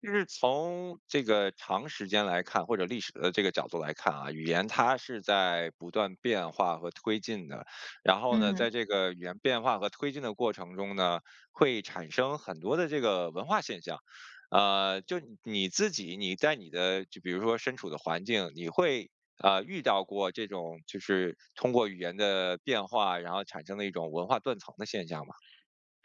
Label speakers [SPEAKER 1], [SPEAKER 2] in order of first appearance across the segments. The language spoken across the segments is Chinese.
[SPEAKER 1] 就是从这个长时间来看，或者历史的这个角度来看啊，语言它是在不断变化和推进的。然后呢，
[SPEAKER 2] 嗯
[SPEAKER 1] 在这个语言变化和推进的过程中呢，会产生很多的这个文化现象。就你自己，你在你的就比如说身处的环境，你会遇到过这种就是通过语言的变化，然后产生的一种文化断层的现象吗？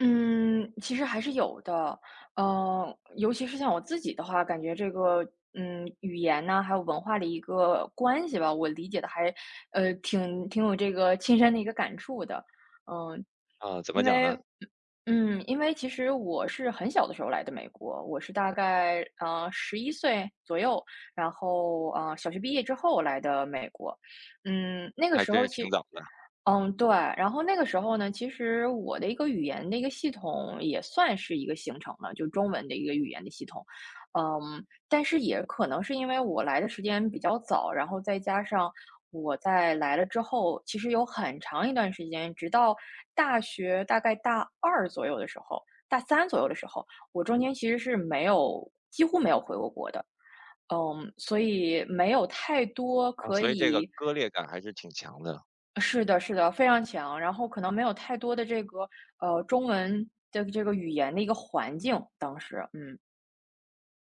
[SPEAKER 2] 嗯，其实还是有的。尤其是像我自己的话，感觉这个语言呐，还有文化的一个关系吧，我理解的还挺有这个亲身的一个感触的。嗯，
[SPEAKER 1] 啊、怎么
[SPEAKER 2] 因
[SPEAKER 1] 讲呢？
[SPEAKER 2] 为因为其实我是很小的时候来的美国，我是大概11岁左右，然后小学毕业之后来的美国。嗯，那个
[SPEAKER 1] 还
[SPEAKER 2] 时
[SPEAKER 1] 真
[SPEAKER 2] 候
[SPEAKER 1] 是挺早的。
[SPEAKER 2] 对。然后那个时候呢，其实我的一个语言的一个系统也算是一个形成了，就中文的一个语言的系统。嗯，但是也可能是因为我来的时间比较早，然后再加上我在来了之后，其实有很长一段时间，直到大学大概大二左右的时候，大三左右的时候，我中间其实是没有，几乎没有回过国的。嗯，所以没有太多
[SPEAKER 1] 啊，
[SPEAKER 2] 可
[SPEAKER 1] 所以这个
[SPEAKER 2] 以……
[SPEAKER 1] 割裂感还是挺强的。
[SPEAKER 2] 是的，是的，非常强。然后可能没有太多的这个中文的这个语言的一个环境，当时。嗯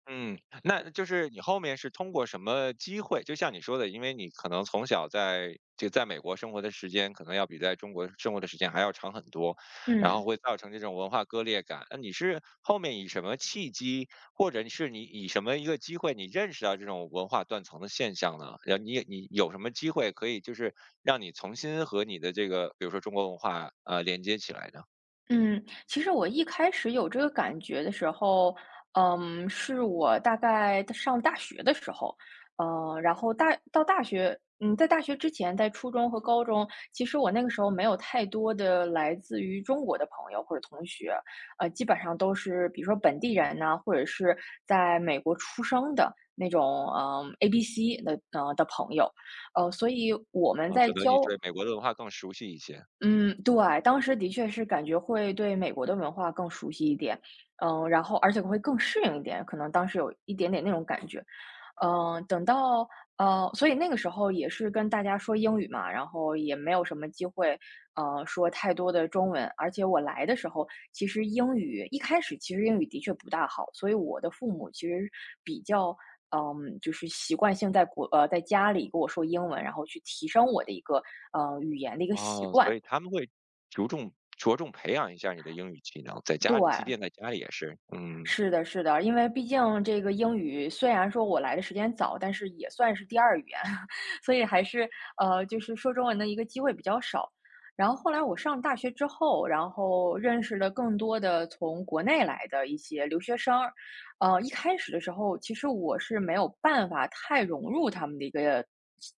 [SPEAKER 1] 嗯，那就是你后面是通过什么机会？就像你说的，因为你可能从小在就在美国生活的时间，可能要比在中国生活的时间还要长很多，然
[SPEAKER 2] 嗯。
[SPEAKER 1] 后会造成这种文化割裂感。那你是后面以什么契机，或者是你以什么一个机会，你认识到这种文化断层的现象呢？然后你有什么机会可以就是让你重新和你的这个，比如说中国文化连接起来呢？
[SPEAKER 2] 嗯，其实我一开始有这个感觉的时候，嗯，是我大概在上大学的时候。呃，然后大到大学，嗯，在大学之前，在初中和高中，其实我那个时候没有太多的来自于中国的朋友或者同学。基本上都是比如说本地人呐、或者是在美国出生的那种，嗯，A、B、C 的朋友。呃，所以我
[SPEAKER 1] 然
[SPEAKER 2] 们
[SPEAKER 1] 后
[SPEAKER 2] 在
[SPEAKER 1] 可能你
[SPEAKER 2] 交
[SPEAKER 1] 对美国的文化更熟悉一些。
[SPEAKER 2] 嗯，对，当时的确是感觉会对美国的文化更熟悉一点。嗯，然后而且会更适应一点，可能当时有一点点那种感觉。嗯，等到……所以那个时候也是跟大家说英语嘛，然后也没有什么机会，说太多的中文。而且我来的时候，其实英语一开始其实英语的确不大好，所以我的父母其实比较。嗯，就是习惯性在家里跟我说英文，然后去提升我的一个语言的一个习
[SPEAKER 1] 哦，所
[SPEAKER 2] 惯。
[SPEAKER 1] 以他们会着重培养一下你的英语技能，在家
[SPEAKER 2] 对，
[SPEAKER 1] 里，即便在家里也是，嗯，
[SPEAKER 2] 是的，是的，因为毕竟这个英语虽然说我来的时间早，但是也算是第二语言，所以还是就是说中文的一个机会比较少。然后后来我上大学之后，然后认识了更多的从国内来的一些留学生儿。一开始的时候，其实我是没有办法太融入他们的一个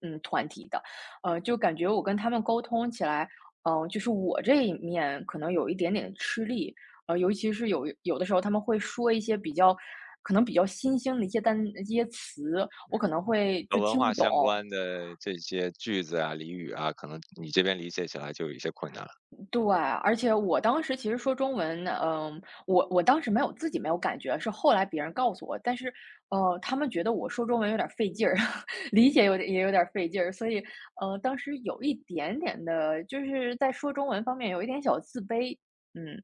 [SPEAKER 2] 团体的。就感觉我跟他们沟通起来，就是我这一面可能有一点点吃力。尤其是有的时候他们会说一些比较可能比较新兴的一些一些词，我可能会
[SPEAKER 1] 和
[SPEAKER 2] 就
[SPEAKER 1] 文
[SPEAKER 2] 听不
[SPEAKER 1] 化
[SPEAKER 2] 懂。
[SPEAKER 1] 相关的这些句子啊、俚语啊，可能你这边理解起来就有一些困难。
[SPEAKER 2] 对，而且我当时其实说中文。嗯，我当时没有自己没有感觉，是后来别人告诉我。但是，他们觉得我说中文有点费劲儿，理解有点也有点费劲儿。所以，当时有一点点的，就是在说中文方面有一点小自卑。嗯，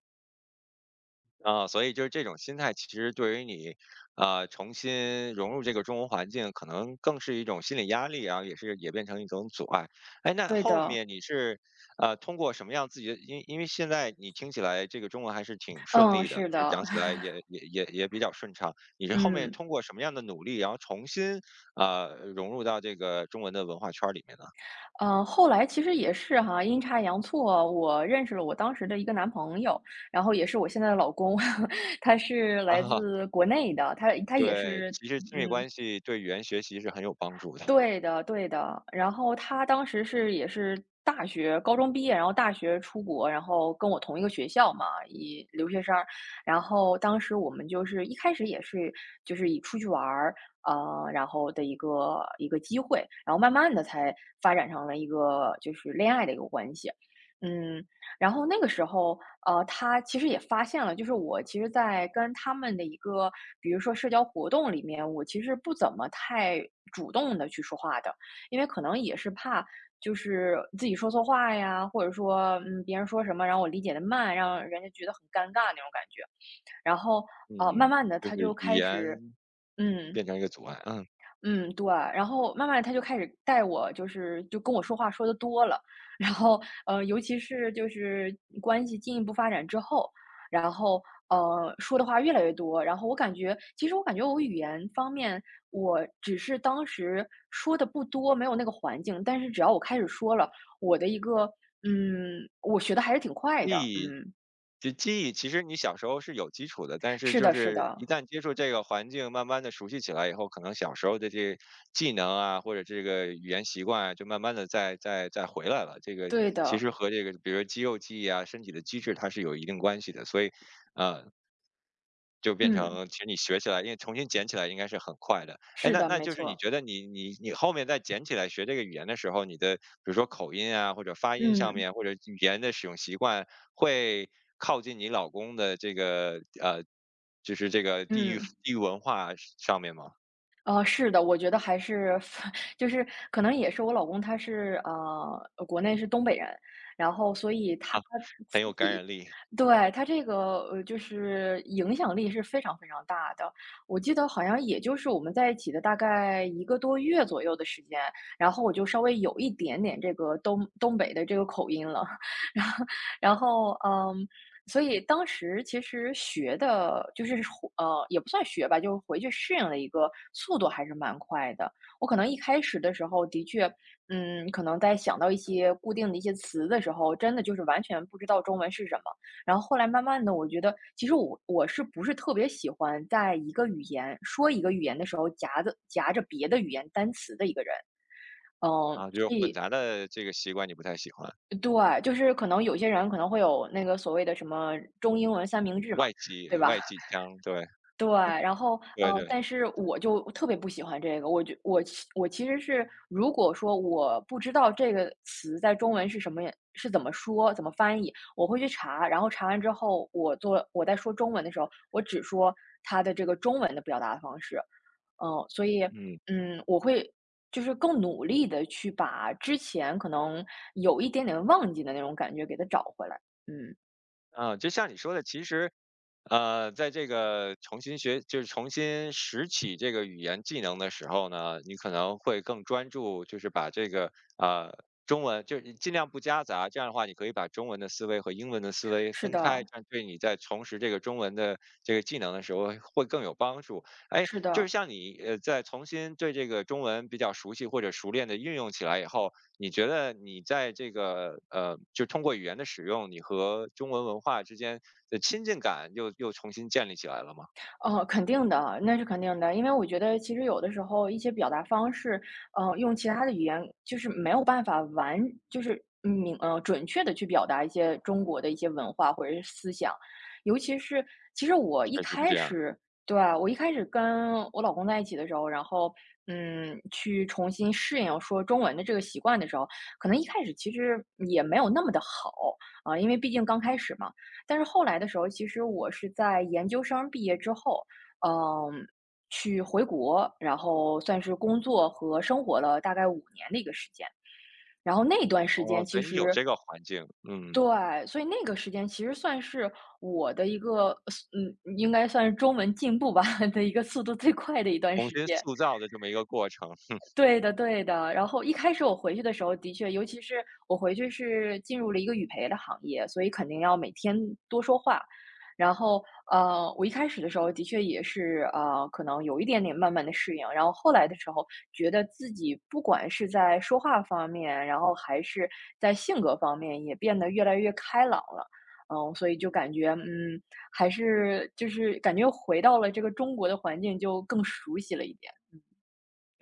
[SPEAKER 1] 啊，所以就是这种心态，其实对于你，重新融入这个中文环境，可能更是一种心理压力啊，也是也变成一种阻碍。哎，那
[SPEAKER 2] 对
[SPEAKER 1] 后
[SPEAKER 2] 的，
[SPEAKER 1] 面你是，通过什么样自己的？因为现在你听起来这个中文还是挺顺
[SPEAKER 2] 嗯，
[SPEAKER 1] 利的，
[SPEAKER 2] 是
[SPEAKER 1] 就是
[SPEAKER 2] 的，
[SPEAKER 1] 讲起来也比较顺畅。你是 后面
[SPEAKER 2] 嗯。
[SPEAKER 1] 通过什么样的努力，然后重新融入到这个中文的文化圈儿里面呢？
[SPEAKER 2] 后来其实也是哈，阴差阳错，我认识了我当时的一个男朋友，然后也是我现在的老公，他是 来
[SPEAKER 1] 啊，
[SPEAKER 2] 自国内的，他也
[SPEAKER 1] 对，
[SPEAKER 2] 是，
[SPEAKER 1] 其实亲密
[SPEAKER 2] 嗯，
[SPEAKER 1] 关系对语言学习是很有帮助的。
[SPEAKER 2] 对的对的。然后他当时是也是大学高中毕业，然后大学出国，然后跟我同一个学校嘛，以留学生儿。然后当时我们就是一开始也是就是以出去玩儿，呃，然后的一个机会，然后慢慢的才发展成了一个就是恋爱的一个关系。嗯，然后那个时候，他其实也发现了，就是我其实，在跟他们的一个，比如说社交活动里面，我其实不怎么太主动的去说话的。因为可能也是怕就是自己说错话呀，或者说别人说什么，然后我理解的慢，让人家觉得很尴尬那种感觉。然后慢
[SPEAKER 1] 嗯，
[SPEAKER 2] 慢的
[SPEAKER 1] 就
[SPEAKER 2] 他
[SPEAKER 1] 是
[SPEAKER 2] 就
[SPEAKER 1] 语
[SPEAKER 2] 开
[SPEAKER 1] 言。
[SPEAKER 2] 始……嗯。
[SPEAKER 1] 变成一个阻碍，嗯，
[SPEAKER 2] 嗯，对，然后慢慢地他就开始带我就是就跟我说话说的多了。然后，尤其是就是关系进一步发展之后，然后，说的话越来越多，然后我感觉其实我感觉我语言方面，我只是当时说的不多，没有那个环境。但是只要我开始说了，我的一个嗯，我学的还是挺快的。
[SPEAKER 1] 第
[SPEAKER 2] 嗯，
[SPEAKER 1] 就记忆，其实你小时候是有基础的，但是
[SPEAKER 2] 是
[SPEAKER 1] 就
[SPEAKER 2] 的是
[SPEAKER 1] 是一
[SPEAKER 2] 的，
[SPEAKER 1] 旦接触这个环境，慢慢的熟悉起来以后，可能小时候的这技能啊，或者这个语言习惯啊，就慢慢的再回来了。这个
[SPEAKER 2] 对
[SPEAKER 1] 其
[SPEAKER 2] 的，
[SPEAKER 1] 实和这个，比如说肌肉记忆啊、身体的机制，它是有一定关系的。所以，呃，就变
[SPEAKER 2] 嗯，
[SPEAKER 1] 成其实你学起来，因为重新捡起来应该是很快的。哎，
[SPEAKER 2] 是
[SPEAKER 1] 那
[SPEAKER 2] 的，
[SPEAKER 1] 那
[SPEAKER 2] 没
[SPEAKER 1] 就是你
[SPEAKER 2] 错，
[SPEAKER 1] 觉得你后面再捡起来学这个语言的时候，你的比如说口音啊，或者发音上
[SPEAKER 2] 嗯，
[SPEAKER 1] 面，或者语言的使用习惯，会靠近你老公的这个就是这个地域
[SPEAKER 2] 嗯。
[SPEAKER 1] 地域文化上面吗？
[SPEAKER 2] 是的，我觉得还是 就是可能也是我老公他是国内是东北人，然后所以他
[SPEAKER 1] 啊，
[SPEAKER 2] 自
[SPEAKER 1] 很有感
[SPEAKER 2] 己
[SPEAKER 1] 染力。
[SPEAKER 2] 对他这个就是影响力是非常非常大的。我记得好像也就是我们在一起的大概一个多月左右的时间，然后我就稍微有一点点这个东北的这个口音了。然后嗯，所以当时其实学的就是也不算学吧，就是回去适应的一个速度还是蛮快的。我可能一开始的时候的确，嗯，可能在想到一些固定的一些词的时候，真的就是完全不知道中文是什么。然后后来慢慢的，我觉得其实我是不是特别喜欢在一个语言说一个语言的时候夹着别的语言单词的一个人。嗯，
[SPEAKER 1] 啊，就是
[SPEAKER 2] 所
[SPEAKER 1] 混
[SPEAKER 2] 以
[SPEAKER 1] 杂的这个习惯你不太喜欢，
[SPEAKER 2] 对，就是可能有些人可能会有那个所谓的什么中英文三明治嘛，
[SPEAKER 1] 外籍
[SPEAKER 2] 对吧？
[SPEAKER 1] 外籍腔，对
[SPEAKER 2] 对，然后，
[SPEAKER 1] 对对，
[SPEAKER 2] 但是我就特别不喜欢这个，我其实是如果说我不知道这个词在中文是什么是怎么说、怎么翻译，我会去查，然后查完之后，我在说中文的时候，我只说它的这个中文的表达方式。嗯，所以，
[SPEAKER 1] 嗯。
[SPEAKER 2] 嗯，我会就是更努力的去把之前可能有一点点忘记的那种感觉给它找回来。嗯，
[SPEAKER 1] 啊，就像你说的，其实，在这个重新学，就是重新拾起这个语言技能的时候呢，你可能会更专注，就是把这个中文，就是尽量不夹杂，这样的话，你可以把中文的思维和英文的思维
[SPEAKER 2] 是
[SPEAKER 1] 分
[SPEAKER 2] 的，
[SPEAKER 1] 开，这样对你在重拾这个中文的这个技能的时候会更有帮助。哎，
[SPEAKER 2] 是
[SPEAKER 1] 就是
[SPEAKER 2] 的。
[SPEAKER 1] 像你在重新对这个中文比较熟悉或者熟练的运用起来以后，你觉得你在这个就通过语言的使用，你和中文文化之间的亲近感又重新建立起来了吗？
[SPEAKER 2] 哦，肯定的，那是肯定的。因为我觉得其实有的时候一些表达方式，用其他的语言就是没有办法完，就是准确的去表达一些中国的一些文化或者是思想。尤其是其实我一
[SPEAKER 1] 确实是
[SPEAKER 2] 开
[SPEAKER 1] 这样。
[SPEAKER 2] 始，对啊，我一开始跟我老公在一起的时候，然后嗯，去重新适应说中文的这个习惯的时候，可能一开始其实也没有那么的好啊，因为毕竟刚开始嘛。但是后来的时候，其实我是在研究生毕业之后，嗯，去回国，然后算是工作和生活了大概5年的一个时间。然后那段时
[SPEAKER 1] 哦，
[SPEAKER 2] 间
[SPEAKER 1] 所
[SPEAKER 2] 其
[SPEAKER 1] 以你有
[SPEAKER 2] 实
[SPEAKER 1] 这个环境，嗯，
[SPEAKER 2] 对，所以那个时间其实算是我的一个，呃嗯，应该算是中文进步吧 的一个速度最快的一段
[SPEAKER 1] 重
[SPEAKER 2] 时
[SPEAKER 1] 新
[SPEAKER 2] 间。
[SPEAKER 1] 塑造的这么一个过程。
[SPEAKER 2] 对的对的，然后一开始我回去的时候，的确，尤其是我回去是进入了一个语培的行业，所以肯定要每天多说话。然后，我一开始的时候的确也是，可能有一点点慢慢的适应。然后后来的时候，觉得自己不管是在说话方面，然后还是在性格方面，也变得越来越开朗了。嗯，所以就感觉，嗯，还是就是感觉回到了这个中国的环境，就更熟悉了一点。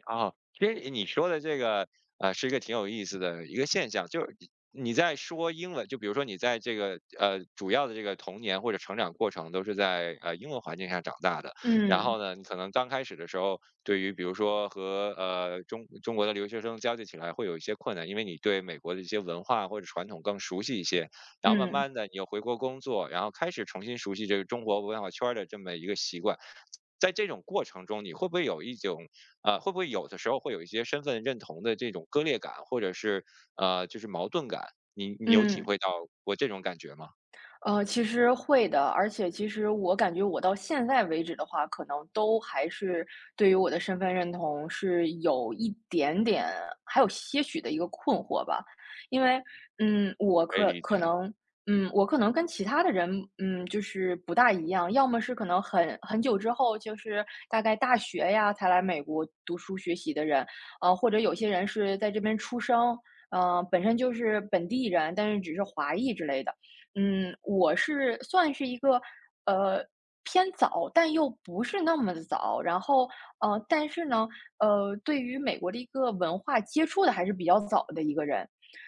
[SPEAKER 1] 啊，其实你说的这个，是一个挺有意思的一个现象，就是你你在说英文，就比如说你在这个主要的这个童年或者成长过程都是在英文环境下长大的，然后
[SPEAKER 2] 嗯
[SPEAKER 1] 呢，你可能刚开始的时候，对于比如说和中国的留学生交际起来会有一些困难，因为你对美国的一些文化或者传统更熟悉一些，然后慢
[SPEAKER 2] 嗯。
[SPEAKER 1] 慢的你又回国工作，然后开始重新熟悉这个中国文化圈儿的这么一个习惯，在这种过程中，你会不会有一种啊，会不会有的时候会有一些身份认同的这种割裂感，或者是就是矛盾感？你有体
[SPEAKER 2] 嗯，
[SPEAKER 1] 会到过这种感觉吗？
[SPEAKER 2] 其实会的，而且其实我感觉我到现在为止的话，可能都还是对于我的身份认同是有一点点，还有些许的一个困惑吧。因为，嗯，我
[SPEAKER 1] 可以
[SPEAKER 2] 可
[SPEAKER 1] 理
[SPEAKER 2] 可
[SPEAKER 1] 解。
[SPEAKER 2] 能，嗯，我可能跟其他的人，嗯，就是不大一样，要么是可能很久之后，就是大概大学呀才来美国读书学习的人，或者有些人是在这边出生，本身就是本地人，但是只是华裔之类的。嗯，我是算是一个，呃，偏早，但又不是那么早。然后，但是呢,对于美国的一个文化接触的还是比较早的一个人。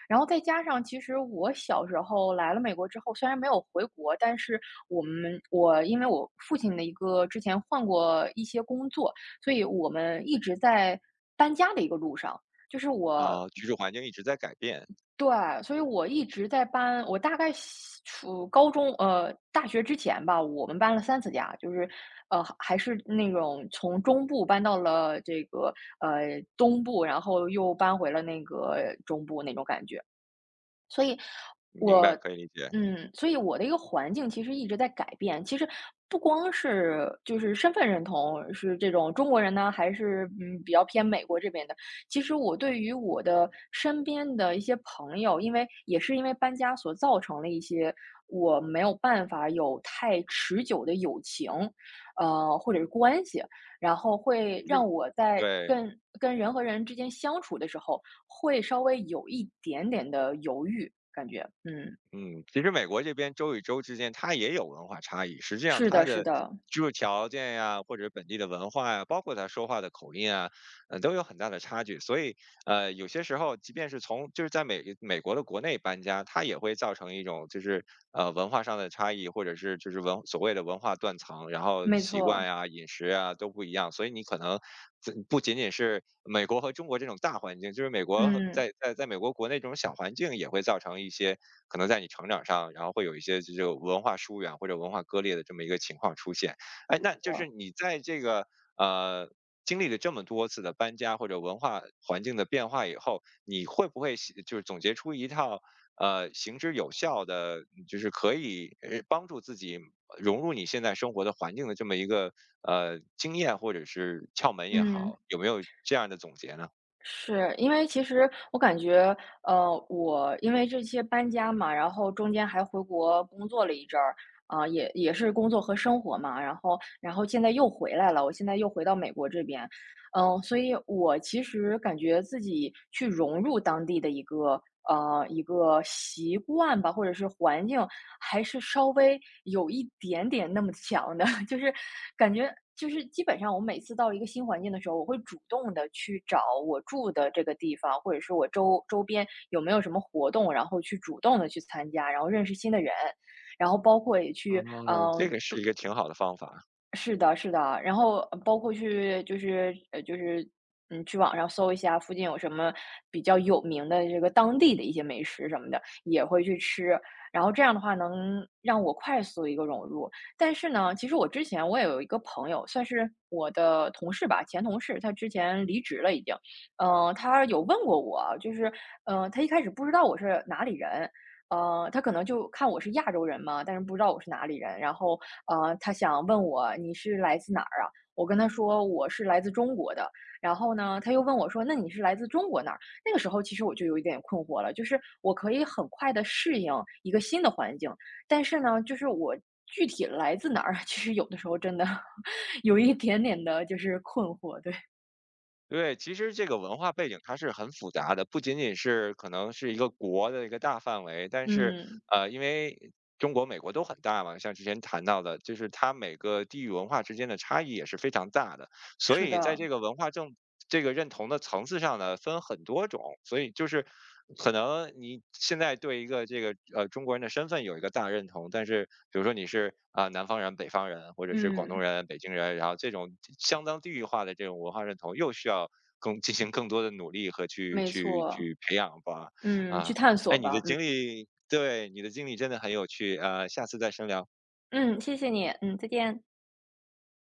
[SPEAKER 2] 然后再加上，其实我小时候来了美国之后，虽然没有回国，但是我因为我父亲的一个之前换过一些工作，所以我们一直在搬家的一个路上。就是我
[SPEAKER 1] 啊，居住环境一直在改变，
[SPEAKER 2] 对，所以我一直在搬，我大概西初高中大学之前吧，我们搬了三次家，就是，呃，还是那种从中部搬到了这个，东部，然后又搬回了那个中部那种感觉。所以
[SPEAKER 1] 明白，
[SPEAKER 2] 我
[SPEAKER 1] 可以理解。
[SPEAKER 2] 嗯，所以我的一个环境其实一直在改变。其实不光是就是身份认同是这种中国人呢，还是嗯比较偏美国这边的。其实我对于我的身边的一些朋友，因为也是因为搬家所造成了一些我没有办法有太持久的友情，或者是关系，然后会
[SPEAKER 1] 其实
[SPEAKER 2] 让我在
[SPEAKER 1] 对，
[SPEAKER 2] 跟人和人之间相处的时候。会稍微有一点点的犹豫，感觉，嗯，
[SPEAKER 1] 嗯，其实美国这边州与州之间它也有文化差异，实际上
[SPEAKER 2] 是
[SPEAKER 1] 它
[SPEAKER 2] 的，是
[SPEAKER 1] 的
[SPEAKER 2] 的，
[SPEAKER 1] 居住条件呀，或者本地的文化呀，包括他说话的口音啊，都有很大的差距，所以有些时候即便是从就是在美国的国内搬家，它也会造成一种就是文化上的差异，或者是就是文所谓的文化断层，然后
[SPEAKER 2] 没
[SPEAKER 1] 习惯
[SPEAKER 2] 错，
[SPEAKER 1] 呀、饮食啊都不一样，所以你可能这不仅仅是美国和中国这种大环境，就是美国和
[SPEAKER 2] 嗯，
[SPEAKER 1] 在美国国内这种小环境也会造成一些可能在你成长上，然后会有一些就是文化疏远或者文化割裂的这么一个情况出现。哎，那就是
[SPEAKER 2] 我
[SPEAKER 1] 你在这个。呃，经历了这么多次的搬家或者文化环境的变化以后，你会不会是就是总结出一套行之有效的，就是可以帮助自己融入你现在生活的环境的这么一个经验或者是窍门也
[SPEAKER 2] 嗯，
[SPEAKER 1] 好，有没有这样的总结呢？
[SPEAKER 2] 是因为其实我感觉，我因为这些搬家嘛，然后中间还回国工作了一阵儿，啊、也是工作和生活嘛，然后现在又回来了，我现在又回到美国这边，嗯，所以我其实感觉自己去融入当地的一个一个习惯吧，或者是环境，还是稍微有一点点那么强的。就是感觉就是基本上我每次到一个新环境的时候，我会主动的去找我住的这个地方，或者是我周边有没有什么活动，然后去主动的去参加，然后认识新的人。然后包括也
[SPEAKER 1] 啊，
[SPEAKER 2] 去，
[SPEAKER 1] 这个是一个挺好的方法。
[SPEAKER 2] 是的，是的，然后包括去就是嗯，去网上搜一下附近有什么比较有名的这个当地的一些美食什么的，也会去吃。然后这样的话，能让我快速一个融入。但是呢，其实我之前我也有一个朋友，算是我的同事吧，前同事，他之前离职了已经。嗯、他有问过我，就是嗯、他一开始不知道我是哪里人，他可能就看我是亚洲人嘛，但是不知道我是哪里人。然后，他想问我你是来自哪儿啊？我跟他说我是来自中国的。然后呢，他又问我说，那你是来自中国哪儿？那个时候其实我就有一点困惑了，就是我可以很快的适应一个新的环境，但是呢，就是我具体来自哪儿，其实有的时候真的 有一点点的就是困惑。对，
[SPEAKER 1] 对，其实这个文化背景它是很复杂的，不仅仅是可能是一个国的一个大范围，但是
[SPEAKER 2] 嗯，
[SPEAKER 1] 因为中国、美国都很大嘛，像之前谈到的，就是它每个地域文化之间的差异也是非常大的。所
[SPEAKER 2] 是
[SPEAKER 1] 以在
[SPEAKER 2] 的，
[SPEAKER 1] 这个文化正这个认同的层次上呢，分很多种，所以就是可能你现在对一个这个中国人的身份有一个大认同，但是比如说你是啊、南方人、北方人，或者是广东
[SPEAKER 2] 嗯，
[SPEAKER 1] 人、北京人，然后这种相当地域化的这种文化认同，又需要更进行更多的努力和
[SPEAKER 2] 没错，
[SPEAKER 1] 去培养吧，
[SPEAKER 2] 嗯，去
[SPEAKER 1] 啊、
[SPEAKER 2] 探
[SPEAKER 1] 哎，
[SPEAKER 2] 索
[SPEAKER 1] 你
[SPEAKER 2] 吧，
[SPEAKER 1] 的
[SPEAKER 2] 嗯。
[SPEAKER 1] 经历，对你的经历真的很有趣，下次再深聊。
[SPEAKER 2] 嗯，谢谢你，嗯，再见。